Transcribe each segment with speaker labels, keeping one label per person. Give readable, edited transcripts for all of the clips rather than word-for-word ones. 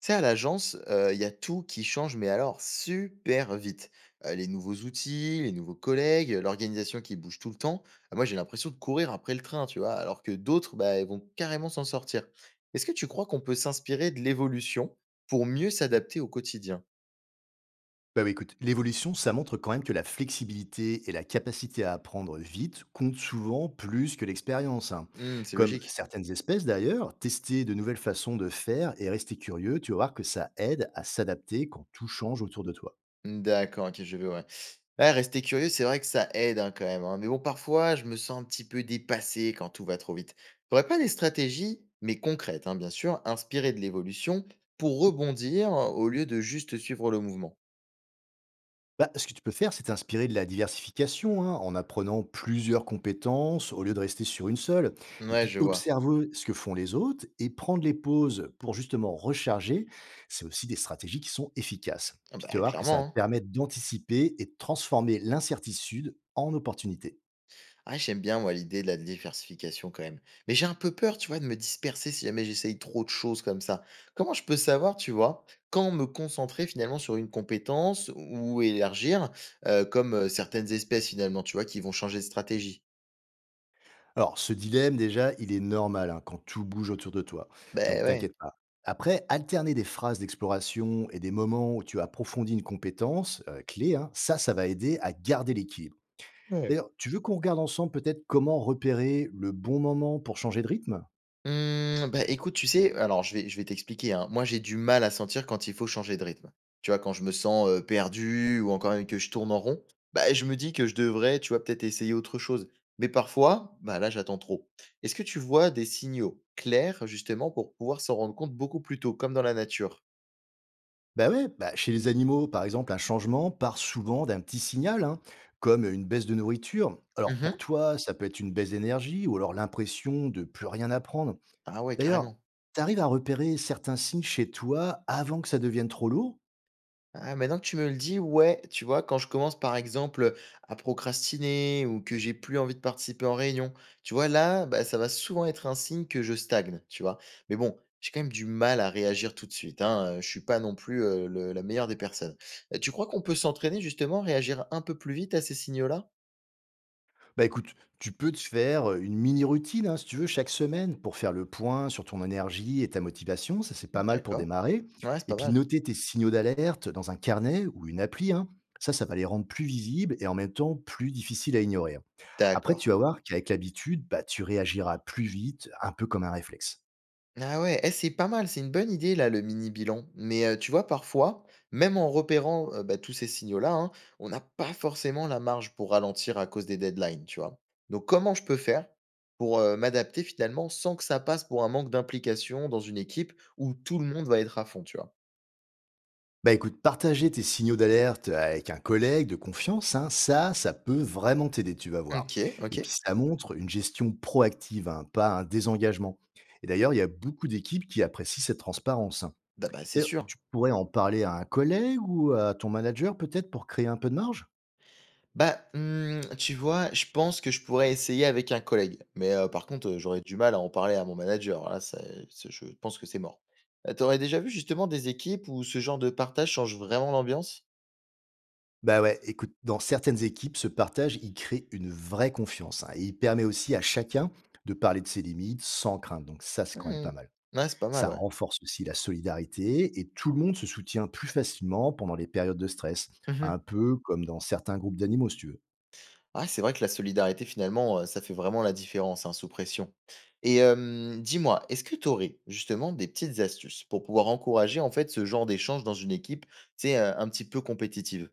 Speaker 1: Tu sais, à l'agence, il y a tout qui change, mais alors super vite. Les nouveaux outils, les nouveaux collègues, l'organisation qui bouge tout le temps. Ah, moi, j'ai l'impression de courir après le train, tu vois, alors que d'autres, bah, ils vont carrément s'en sortir. Est-ce que tu crois qu'on peut s'inspirer de l'évolution pour mieux s'adapter au quotidien?
Speaker 2: Bah oui, écoute, l'évolution, ça montre quand même que la flexibilité et la capacité à apprendre vite comptent souvent plus que l'expérience, hein.
Speaker 1: Hmm, c'est
Speaker 2: Comme
Speaker 1: logique.
Speaker 2: certaines espèces d'ailleurs, tester de nouvelles façons de faire et rester curieux, tu vas voir que ça aide à s'adapter quand tout change autour de toi.
Speaker 1: D'accord, OK, je veux. Ouais. Ouais, rester curieux, c'est vrai que ça aide, hein, quand même, hein. Mais bon, parfois, je me sens un petit peu dépassé quand tout va trop vite. Tu pas des stratégies, mais concrètes, hein, bien sûr, inspirées de l'évolution, pour rebondir, au lieu de juste suivre le mouvement?
Speaker 2: Bah, ce que tu peux faire, c'est t'inspirer de la diversification, hein, en apprenant plusieurs compétences au lieu de rester sur une seule. Et
Speaker 1: Ouais,
Speaker 2: puis
Speaker 1: je vois.
Speaker 2: observer ce que font les autres et prendre les pauses pour justement recharger, c'est aussi des stratégies qui sont efficaces.
Speaker 1: Ah
Speaker 2: Puis tu vas
Speaker 1: bah,
Speaker 2: voir que ça
Speaker 1: clairement,
Speaker 2: va te
Speaker 1: hein.
Speaker 2: permettre d'anticiper et de transformer l'incertitude en opportunité.
Speaker 1: Ah, j'aime bien, moi, l'idée de la diversification quand même. Mais j'ai un peu peur, tu vois, de me disperser si jamais j'essaye trop de choses comme ça. Comment je peux savoir, tu vois, quand me concentrer finalement sur une compétence ou élargir, comme certaines espèces finalement, tu vois, qui vont changer de stratégie?
Speaker 2: Alors, ce dilemme, déjà, il est normal, hein, quand tout bouge autour de toi. Donc,
Speaker 1: Ben ouais.
Speaker 2: t'inquiète pas. Après, alterner des phrases d'exploration et des moments où tu approfondis une compétence clé, hein, ça va aider à garder l'équilibre.
Speaker 1: Ouais,
Speaker 2: D'ailleurs, tu veux qu'on regarde ensemble peut-être comment repérer le bon moment pour changer de rythme?
Speaker 1: mmh, bah, écoute, tu sais, alors je vais t'expliquer, hein. Moi, j'ai du mal à sentir quand il faut changer de rythme. Tu vois, quand je me sens, perdu ou encore même que je tourne en rond, bah, je me dis que je devrais, tu vois, peut-être essayer autre chose. Mais parfois, bah, là, j'attends trop. Est-ce que tu vois des signaux clairs, justement, pour pouvoir s'en rendre compte beaucoup plus tôt, comme dans la nature?
Speaker 2: Bah ouais, bah, chez les animaux, par exemple, un changement part souvent d'un petit signal, hein, comme une baisse de nourriture. Alors pour
Speaker 1: Mmh.
Speaker 2: toi, ça peut être une baisse d'énergie ou alors l'impression de plus rien apprendre.
Speaker 1: Ah ouais,
Speaker 2: D'ailleurs,
Speaker 1: carrément.
Speaker 2: tu arrives à repérer certains signes chez toi avant que ça devienne trop lourd?
Speaker 1: Ah, maintenant que tu me le dis, ouais, tu vois, quand je commence par exemple, à procrastiner ou que j'ai plus envie de participer en réunion, tu vois, là, bah, ça va souvent être un signe que je stagne, tu vois? Mais bon, j'ai quand même du mal à réagir tout de suite, hein, je suis pas non plus, le la meilleure des personnes. Tu crois qu'on peut s'entraîner justement, réagir un peu plus vite à ces signaux-là?
Speaker 2: Bah écoute, tu peux te faire une mini routine, hein, si tu veux, chaque semaine pour faire le point sur ton énergie et ta motivation. Ça, c'est pas mal pour
Speaker 1: D'accord.
Speaker 2: démarrer.
Speaker 1: Ouais, c'est
Speaker 2: Et
Speaker 1: pas
Speaker 2: puis
Speaker 1: mal.
Speaker 2: noter tes signaux d'alerte dans un carnet ou une appli, hein. Ça va les rendre plus visibles et en même temps plus difficiles à ignorer, hein. Après,
Speaker 1: D'accord.
Speaker 2: tu vas voir qu'avec l'habitude, bah, tu réagiras plus vite, un peu comme un réflexe.
Speaker 1: Ah ouais, eh, c'est pas mal, c'est une bonne idée là, le mini bilan. Mais tu vois, parfois, même en repérant bah, tous ces signaux-là, hein, on n'a pas forcément la marge pour ralentir à cause des deadlines, tu vois. Donc comment je peux faire pour m'adapter finalement sans que ça passe pour un manque d'implication dans une équipe où tout le monde va être à fond, tu vois.
Speaker 2: Bah écoute, partager tes signaux d'alerte avec un collègue de confiance, hein, ça peut vraiment t'aider, tu vas voir.
Speaker 1: OK,
Speaker 2: Et puis
Speaker 1: OK.
Speaker 2: ça montre une gestion proactive, hein, pas un désengagement. Et d'ailleurs, il y a beaucoup d'équipes qui apprécient cette transparence, hein.
Speaker 1: Bah, bah c'est
Speaker 2: D'ailleurs,
Speaker 1: sûr.
Speaker 2: tu pourrais en parler à un collègue ou à ton manager peut-être pour créer un peu de marge.
Speaker 1: Bah, mmh, tu vois, je pense que je pourrais essayer avec un collègue. Mais par contre, j'aurais du mal à en parler à mon manager. Là, c'est je pense que c'est mort. Tu déjà vu justement des équipes où ce genre de partage change vraiment l'ambiance?
Speaker 2: Bah ouais, écoute, dans certaines équipes, ce partage, il crée une vraie confiance, hein, et il permet aussi à chacun de parler de ses limites sans crainte. Donc ça, c'est quand même
Speaker 1: Mmh.
Speaker 2: pas mal.
Speaker 1: Ouais, c'est pas mal,
Speaker 2: Ça
Speaker 1: ouais.
Speaker 2: renforce aussi la solidarité et tout le monde se soutient plus facilement pendant les périodes de stress,
Speaker 1: Mmh.
Speaker 2: un peu comme dans certains groupes d'animaux, si tu veux.
Speaker 1: Ah, c'est vrai que la solidarité finalement, ça fait vraiment la différence, hein, sous pression. Et hem, dis-moi, est-ce que tu aurais justement des petites astuces pour pouvoir encourager en fait ce genre d'échange dans une équipe, c'est un petit peu compétitive?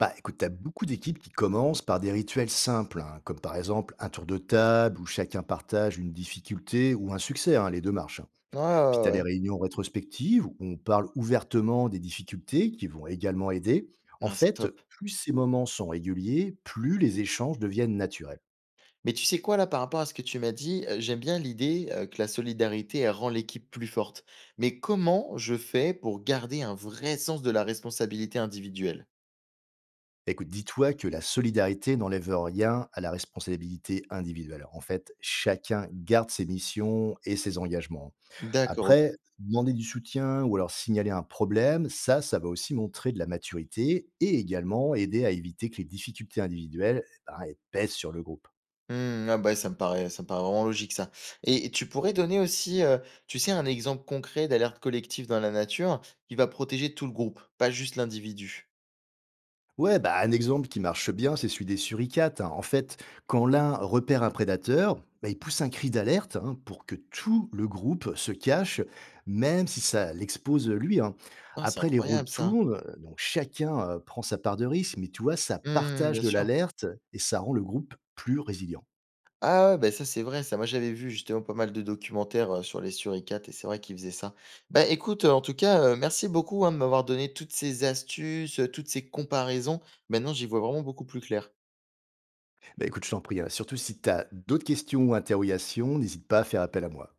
Speaker 2: Bah écoute, t'as beaucoup d'équipes qui commencent par des rituels simples, hein, comme par exemple un tour de table où chacun partage une difficulté ou un succès, hein, les deux marchent.
Speaker 1: Ouais, ouais,
Speaker 2: Puis t'as
Speaker 1: ouais,
Speaker 2: les
Speaker 1: ouais.
Speaker 2: réunions rétrospectives où on parle ouvertement des difficultés qui vont également aider. En
Speaker 1: Ouais, c'est
Speaker 2: fait,
Speaker 1: top.
Speaker 2: plus ces moments sont réguliers, plus les échanges deviennent naturels.
Speaker 1: Mais tu sais quoi, là, par rapport à ce que tu m'as dit, j'aime bien l'idée, que la solidarité, elle rend l'équipe plus forte. Mais comment je fais pour garder un vrai sens de la responsabilité individuelle?
Speaker 2: Écoute, dis-toi que la solidarité n'enlève rien à la responsabilité individuelle. En fait, chacun garde ses missions et ses engagements.
Speaker 1: D'accord, OK.
Speaker 2: Après, demander du soutien ou alors signaler un problème, ça va aussi montrer de la maturité et également aider à éviter que les difficultés individuelles eh ben, elles pèsent sur le groupe.
Speaker 1: Mmh, ah, bah, ça me paraît vraiment logique ça. Et tu pourrais donner aussi, tu sais, un exemple concret d'alerte collective dans la nature qui va protéger tout le groupe, pas juste l'individu?
Speaker 2: Ouais, bah, un exemple qui marche bien, c'est celui des suricates, hein. En fait, quand l'un repère un prédateur, bah, il pousse un cri d'alerte, hein, pour que tout le groupe se cache, même si ça l'expose lui, hein.
Speaker 1: Ah, c'est
Speaker 2: Après, les rôles
Speaker 1: incroyable ça.
Speaker 2: tournent, donc chacun prend sa part de risque, mais tu vois, ça
Speaker 1: Mmh,
Speaker 2: partage
Speaker 1: bien
Speaker 2: de
Speaker 1: sûr.
Speaker 2: l'alerte et ça rend le groupe plus résilient.
Speaker 1: Ah ouais, bah, ça, c'est vrai, ça. Moi, j'avais vu justement pas mal de documentaires, sur les suricates et c'est vrai qu'ils faisaient ça. Bah, écoute, en tout cas, merci beaucoup, hein, de m'avoir donné toutes ces astuces, toutes ces comparaisons. Maintenant, j'y vois vraiment beaucoup plus clair.
Speaker 2: Bah, écoute, je t'en prie, hein, surtout si tu as d'autres questions ou interrogations, n'hésite pas à faire appel à moi.